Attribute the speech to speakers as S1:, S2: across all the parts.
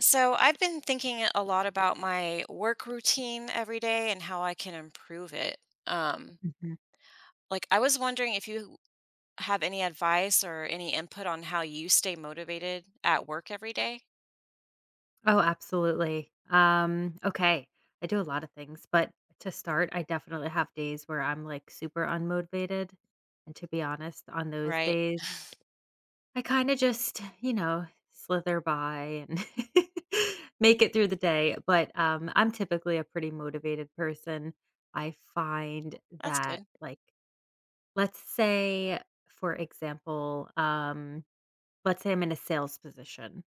S1: So, I've been thinking a lot about my work routine every day and how I can improve it. Um,
S2: Mhm.
S1: I was wondering if you have any advice or any input on how you stay motivated at work every day.
S2: Oh, absolutely. Okay. I do a lot of things, but to start, I definitely have days where I'm like super unmotivated. And to be honest, on those
S1: Right.
S2: days, I kind of just, you know, slither by and make it through the day. But I'm typically a pretty motivated person. I find
S1: That's good.
S2: that, like, let's say, for example, let's say I'm in a sales position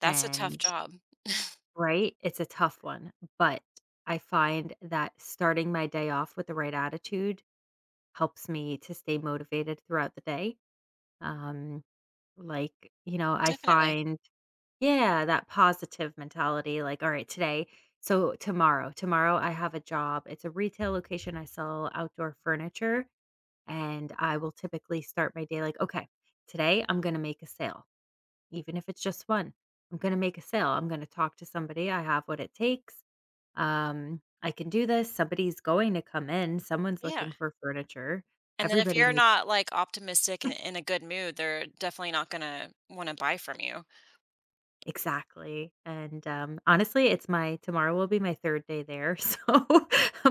S1: That's a tough
S2: and
S1: job.
S2: right? It's a tough one, but I find that starting my day off with the right attitude helps me to stay motivated throughout the day. Um, like, you know, I
S1: Definitely.
S2: find, yeah, that positive mentality, like, all right, today, so tomorrow I have a job. It's a retail location. I sell outdoor furniture, and I will typically start my day like, okay, today I'm going to make a sale, even if it's just one. I'm going to make a sale. I'm going to talk to somebody. I have what it takes. I can do this. Somebody's going to come in. Someone's
S1: Yeah.
S2: looking for furniture.
S1: And then if
S2: Everybody
S1: you're
S2: needs
S1: not like optimistic and in a good mood, they're definitely not going to want to buy from you.
S2: exactly. And honestly, it's my tomorrow will be my third day there. So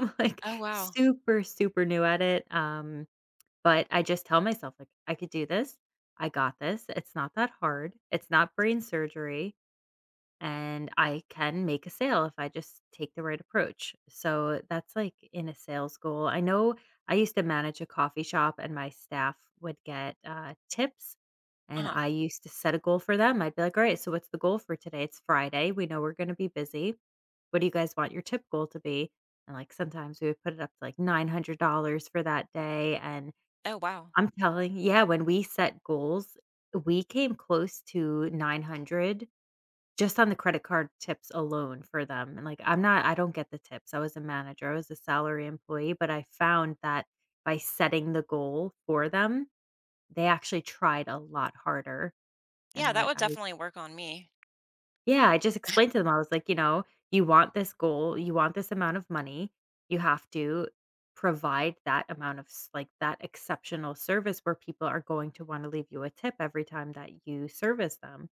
S2: I'm like
S1: Oh, wow.
S2: super new at it. But I just tell myself, like, I could do this. I got this. It's not that hard. It's not brain surgery, and I can make a sale if I just take the right approach. So that's like in a sales goal. I know I used to manage a coffee shop and my staff would get tips.
S1: Uh
S2: And
S1: huh.
S2: I used to set a goal for them. I'd be like, all right, so what's the goal for today? It's Friday. We know we're going to be busy. What do you guys want your tip goal to be? And like sometimes we would put it up to like $900 for that day. And
S1: Oh, wow.
S2: I'm telling, yeah, when we set goals, we came close to 900 just on the credit card tips alone for them, and, like, I don't get the tips. I was a manager, I was a salary employee, but I found that by setting the goal for them, they actually tried a lot harder, and
S1: Yeah, that
S2: I
S1: would
S2: I
S1: definitely work on me.
S2: yeah, I just explained to them, I was like, you know, "You want this goal, you want this amount of money, you have to provide that amount of s like, that exceptional service where people are going to wanna leave you a tip every time that you service them."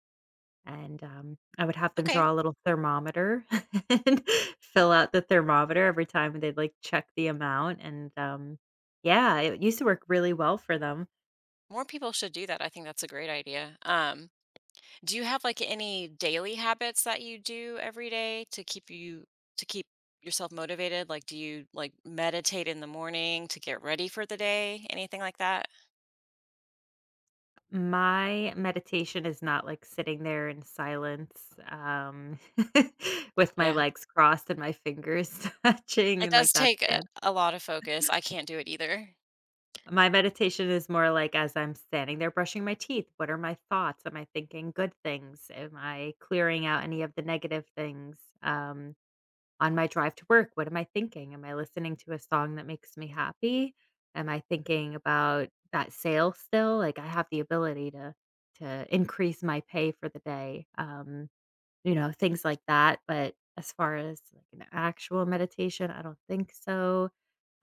S2: And, I would have them
S1: Okay.
S2: draw a little thermometer and fill out the thermometer every time they'd, like, check the amount, and, yeah, it used to work really well for them.
S1: More people should do that. I think that's a great idea. Do you have like any daily habits that you do every day to keep you to keep yourself motivated? Like do you like meditate in the morning to get ready for the day? Anything like that?
S2: My meditation is not, like, sitting there in silence, with my
S1: Yeah.
S2: legs crossed and my fingers touching
S1: It
S2: and
S1: does
S2: like that
S1: take
S2: stance.
S1: a lot of focus. I can't do it either.
S2: My meditation is more like as I'm standing there brushing my teeth, what are my thoughts? Am I thinking good things? Am I clearing out any of the negative things? On my drive to work, what am I thinking? Am I listening to a song that makes me happy? Am I thinking about that sale still? Like I have the ability to increase my pay for the day. You know, things like that, but as far as like an actual meditation, I don't think so.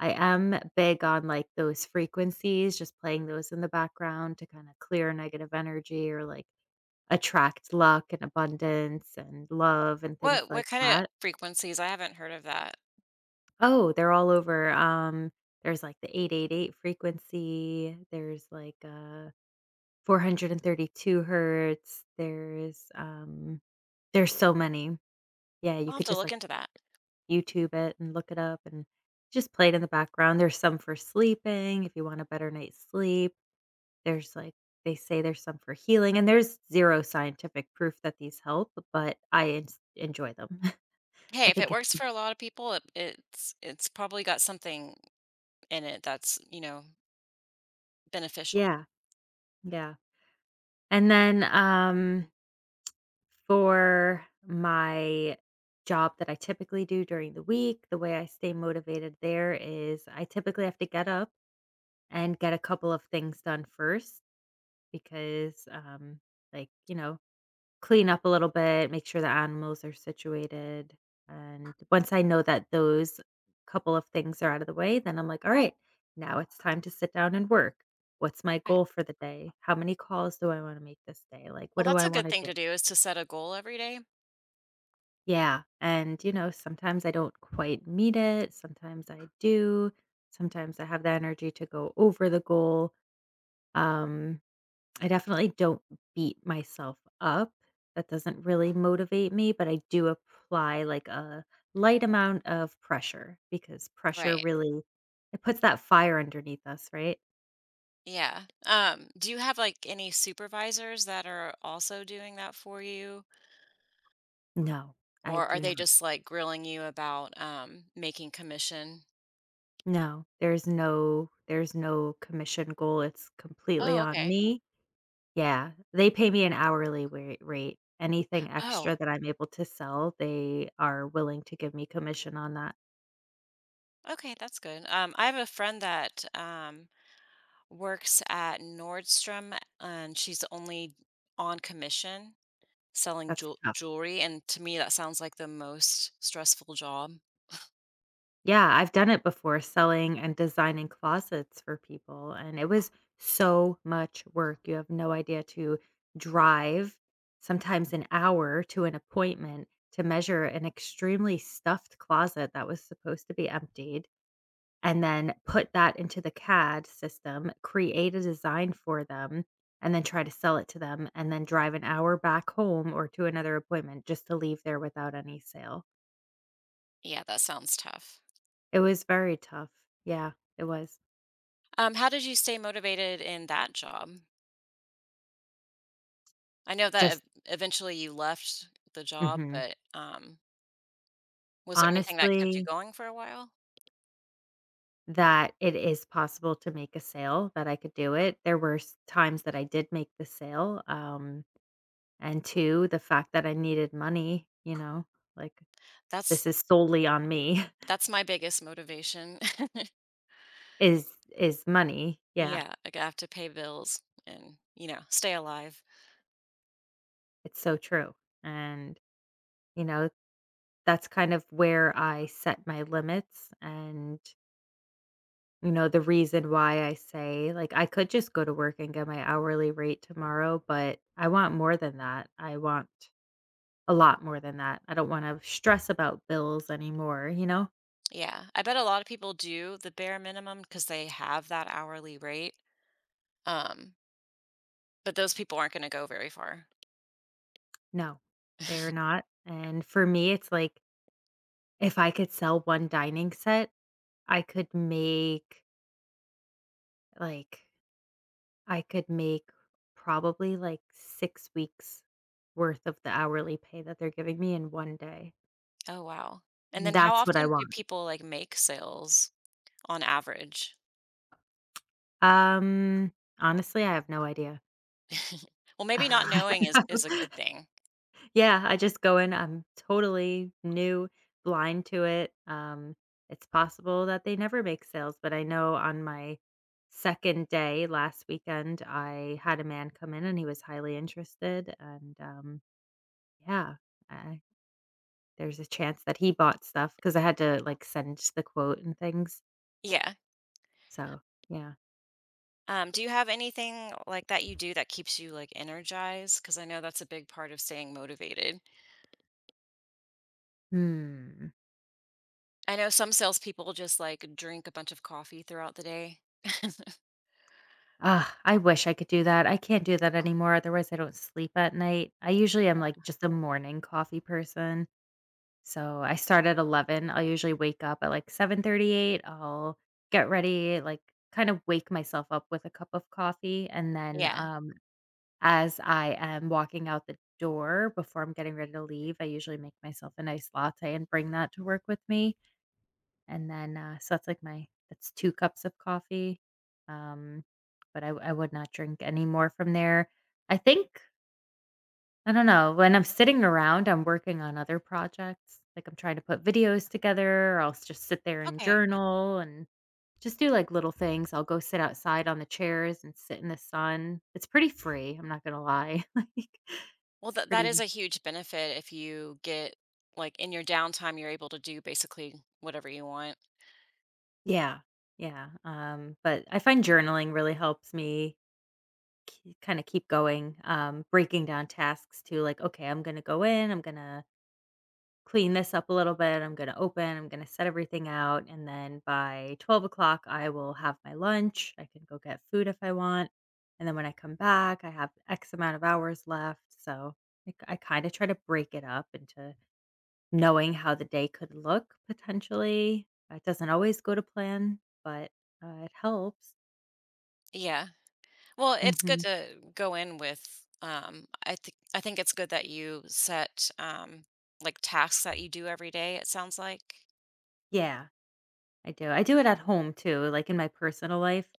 S2: I am big on like those frequencies, just playing those in the background to kind of clear negative energy or like attract luck and abundance and love and things
S1: What
S2: like
S1: kind of
S2: that.
S1: frequencies? I haven't heard of that.
S2: Oh, they're all over, there's, like, the 888 frequency, there's, like, 432 hertz, there's so many. Yeah, you
S1: I'll have
S2: could
S1: to
S2: just,
S1: look
S2: like,
S1: into that.
S2: YouTube it and look it up and just play it in the background. There's some for sleeping if you want a better night's sleep. There's, like they say there's some for healing, and there's 0 scientific proof that these help, but I ens enjoy them.
S1: Hey,
S2: I
S1: if it
S2: think it's
S1: works for a lot of people, it's probably got something in it that's, you know, beneficial.
S2: Yeah, yeah. And then, for my job that I typically do during the week, the way I stay motivated there is I typically have to get up and get a couple of things done first because, like, you know, clean up a little bit, make sure the animals are situated. And once I know that those couple of things are out of the way, then I'm like, all right, now it's time to sit down and work. What's my goal for the day? How many calls do I want to make this day? Like, what
S1: Well,
S2: do
S1: that's
S2: I
S1: a
S2: want
S1: good
S2: to
S1: thing
S2: do?
S1: to do is to set a goal every day.
S2: Yeah, and, you know, sometimes I don't quite meet it, sometimes I do, sometimes I have the energy to go over the goal. Um, I definitely don't beat myself up, that doesn't really motivate me, but I do apply, like, a light amount of pressure because pressure
S1: Right.
S2: really it puts that fire underneath us, right?
S1: Yeah. Do you have like any supervisors that are also doing that for you?
S2: No, I
S1: Or are
S2: do
S1: they
S2: not.
S1: just like grilling you about making commission?
S2: No, there's no commission goal, it's completely
S1: Oh,
S2: on
S1: okay.
S2: me. Yeah, they pay me an hourly wa rate. Anything
S1: Oh,
S2: extra that I'm able to sell, they are willing to give me commission on that.
S1: okay, that's good. I have a friend that works at Nordstrom and she's only on commission selling
S2: That's tough.
S1: jewelry. And to me, that sounds like the most stressful job.
S2: Yeah, I've done it before, selling and designing closets for people, and it was so much work. You have no idea to drive sometimes an hour to an appointment to measure an extremely stuffed closet that was supposed to be emptied, and then put that into the CAD system, create a design for them, and then try to sell it to them, and then drive an hour back home or to another appointment just to leave there without any sale.
S1: Yeah, that sounds tough.
S2: It was very tough. Yeah, it was.
S1: How did you stay motivated in that job? I know that
S2: Just
S1: eventually you left the job,
S2: mhm.
S1: but was there anything that kept you
S2: Honestly,
S1: going for a while?
S2: that it is possible to make a sale, that I could do it. There were s times that I did make the sale, and two, the fact that I needed money, you know, like,
S1: That's
S2: this is solely on me.
S1: that's my biggest motivation.
S2: Is is money. Yeah,
S1: Yeah, like I have to pay bills and you know stay alive.
S2: it's so true, and, you know, that's kind of where I set my limits and, you know, the reason why I say, like, I could just go to work and get my hourly rate tomorrow, but I want more than that. I want a lot more than that. I don't wanna stress about bills anymore, you know?
S1: Yeah, I bet a lot of people do the bare minimum because they have that hourly rate, um, but those people aren't gonna go very far.
S2: No, they're not, and for me, it's like, if I could sell one dining set, I could make, like I could make probably like 6 weeks worth of the hourly pay that they're giving me in one day.
S1: Oh, wow, and then how
S2: That's what I
S1: often do
S2: want.
S1: people, like, make sales on average?
S2: Um, honestly, I have no idea.
S1: Well, maybe not knowing is a good thing.
S2: Yeah, I just go in, I'm totally new, blind to it. It's possible that they never make sales, but I know on my 2nd day last weekend, I had a man come in and he was highly interested and, yeah, I there's a chance that he bought stuff because I had to, like, send the quote and things.
S1: Yeah,
S2: So, yeah.
S1: do you have anything like that you do that keeps you, like, energized? Because I know that's a big part of staying motivated.
S2: Hmm.
S1: I know some salespeople just, like, drink a bunch of coffee throughout the day.
S2: Ugh, I wish I could do that. I can't do that anymore, otherwise I don't sleep at night. I usually am, like, just a morning coffee person. So, I start at 11. I'll usually wake up at, like, 7:38. I'll get ready, like, kind of wake myself up with a cup of coffee, and then,
S1: Yeah,
S2: as I am walking out the door before I'm getting ready to leave, I usually make myself a nice latte and bring that to work with me, and then, so that's like my that's two cups of coffee, um, but I would not drink any more from there. I think I don't know. When I'm sitting around, I'm working on other projects. Like I'm trying to put videos together, or I'll just sit there and
S1: okay.
S2: journal and just do like little things. I'll go sit outside on the chairs and sit in the sun. It's pretty free. I'm not gonna lie. like
S1: Well,
S2: it's
S1: that is a
S2: pretty.
S1: huge benefit if you get like in your downtime, you're able to do basically whatever you want.
S2: Yeah, yeah. But I find journaling really helps me kind of keep going. Breaking down tasks to like, okay, I'm gonna go in. I'm gonna clean this up a little bit. I'm going to set everything out. And then by 12 o'clock, I will have my lunch. I can go get food if I want. And then when I come back, I have X amount of hours left. So I kind of try to break it up into knowing how the day could look potentially. It doesn't always go to plan, but it helps.
S1: Yeah. Well, it's good
S2: hmm
S1: to go in with I think it's good that you set like tasks that you do every day, it sounds like.
S2: Yeah, I do. I do it at home too, like in my personal life.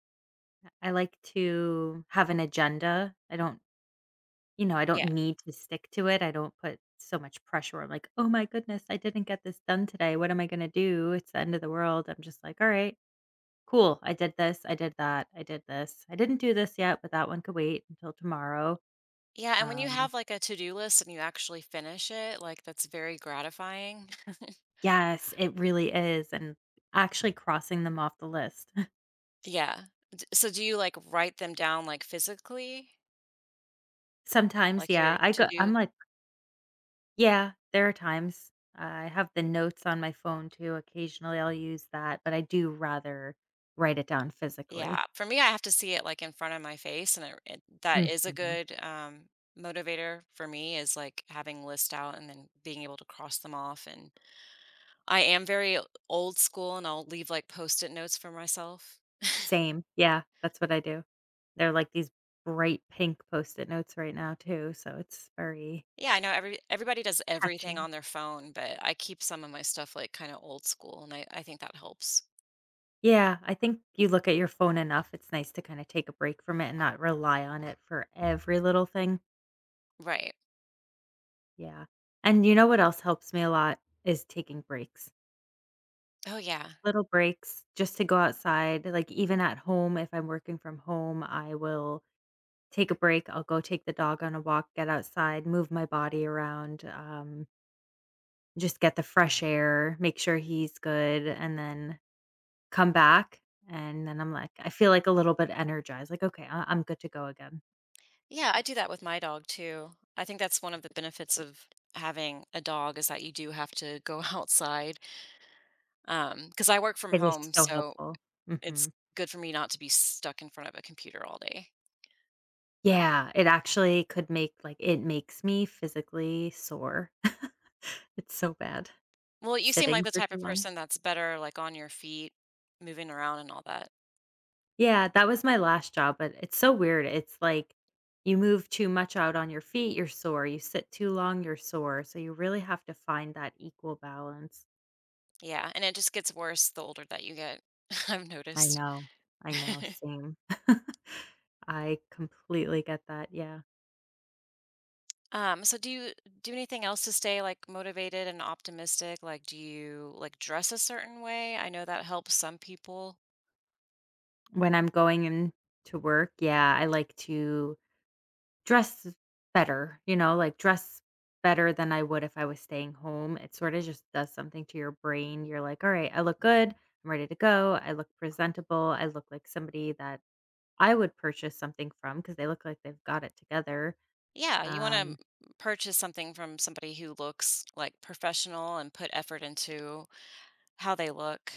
S2: I like to have an agenda. I don't You know, I don't
S1: Yeah.
S2: need to stick to it. I don't put so much pressure. I'm like, "Oh my goodness, I didn't get this done today. What am I gonna do? It's the end of the world." I'm just like, "All right, cool. I did this. I did that. I did this. I didn't do this yet, but that one could wait until tomorrow."
S1: Yeah, and when you
S2: Um,
S1: have like a to-do list and you actually finish it, like that's very gratifying.
S2: yes, it really is, and actually crossing them off the list.
S1: Yeah. So do you like write them down like physically?
S2: Sometimes,
S1: Like
S2: yeah,
S1: your to-do?
S2: I'm like, yeah, there are times. I have the notes on my phone too. Occasionally, I'll use that, but I do rather write it down physically.
S1: Yeah. For me, I have to see it like in front of my face and it that is a
S2: Mhm.
S1: good motivator for me is like having list out and then being able to cross them off and I am very old school and I'll leave like post-it notes for myself.
S2: Same. Yeah, that's what I do. They're like these bright pink Post-it notes right now too, so it's very
S1: Yeah, I know everybody does everything
S2: catchy.
S1: on their phone, but I keep some of my stuff like kind of old school and I think that helps.
S2: Yeah, I think you look at your phone enough, it's nice to kinda take a break from it and not rely on it for every little thing.
S1: Right.
S2: Yeah. And you know what else helps me a lot is taking breaks.
S1: Oh yeah.
S2: Little breaks just to go outside, like, even at home, if I'm working from home, I will take a break, I'll go take the dog on a walk, get outside, move my body around, just get the fresh air, make sure he's good, and then come back, and then I'm like I feel, like, a little bit energized, like, "Okay, I'm good to go again."
S1: Yeah, I do that with my dog too. I think that's one of the benefits of having a dog is that you do have to go outside. Because I work from
S2: It is
S1: home,
S2: so
S1: so
S2: helpful.
S1: it's
S2: Mhm.
S1: good for me not to be stuck in front of a computer all day.
S2: Yeah, it actually could make like, it makes me physically sore. It's so bad,
S1: Well, you seem like
S2: sitting
S1: the
S2: for
S1: type
S2: too
S1: of
S2: long.
S1: person that's better like on your feet, moving around and all that.
S2: Yeah, that was my last job, but it's so weird, it's like you move too much out on your feet, you're sore, you sit too long, you're sore, so you really have to find that equal balance.
S1: Yeah, and it just gets worse the older that you get, I've
S2: I
S1: noticed.
S2: know. I know, same. I completely get that, yeah.
S1: So do you do anything else to stay, like, motivated and optimistic? Like, do you, like, dress a certain way? I know that helps some people.
S2: When I'm going in to work, yeah, I like to dress better, you know, like, dress better than I would if I was staying home. It sorta just does something to your brain. You're like, "Alright, I look good. I'm ready to go. I look presentable. I look like somebody that I would purchase something from because they look like they've got it together."
S1: Yeah, you wanna
S2: Um
S1: purchase something from somebody who looks, like, professional and put effort into how they look.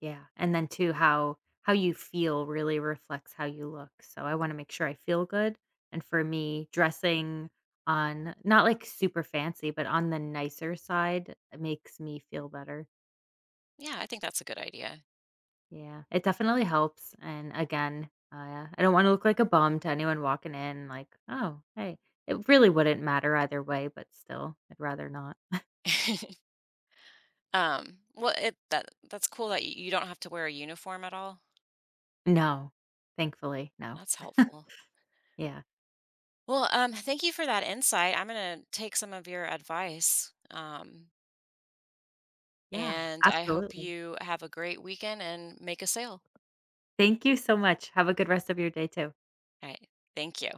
S2: yeah, and then too how you feel really reflects how you look. So I want to make sure I feel good, and for me, dressing on not like super fancy, but on the nicer side it makes me feel better.
S1: Yeah, I think that's a good idea.
S2: Yeah, it definitely helps. And again, I don't want to look like a bum to anyone walking in. Like, oh, hey, it really wouldn't matter either way, but still, I'd rather not.
S1: Well, it that's cool that you don't have to wear a uniform at all.
S2: No, thankfully, no.
S1: That's helpful.
S2: Yeah,
S1: Well, thank you for that insight. I'm going to take some of your advice.
S2: yeah,
S1: And I hope
S2: absolutely.
S1: you have a great weekend and make a sale.
S2: Thank you so much. Have a good rest of your day too.
S1: All right. Thank you.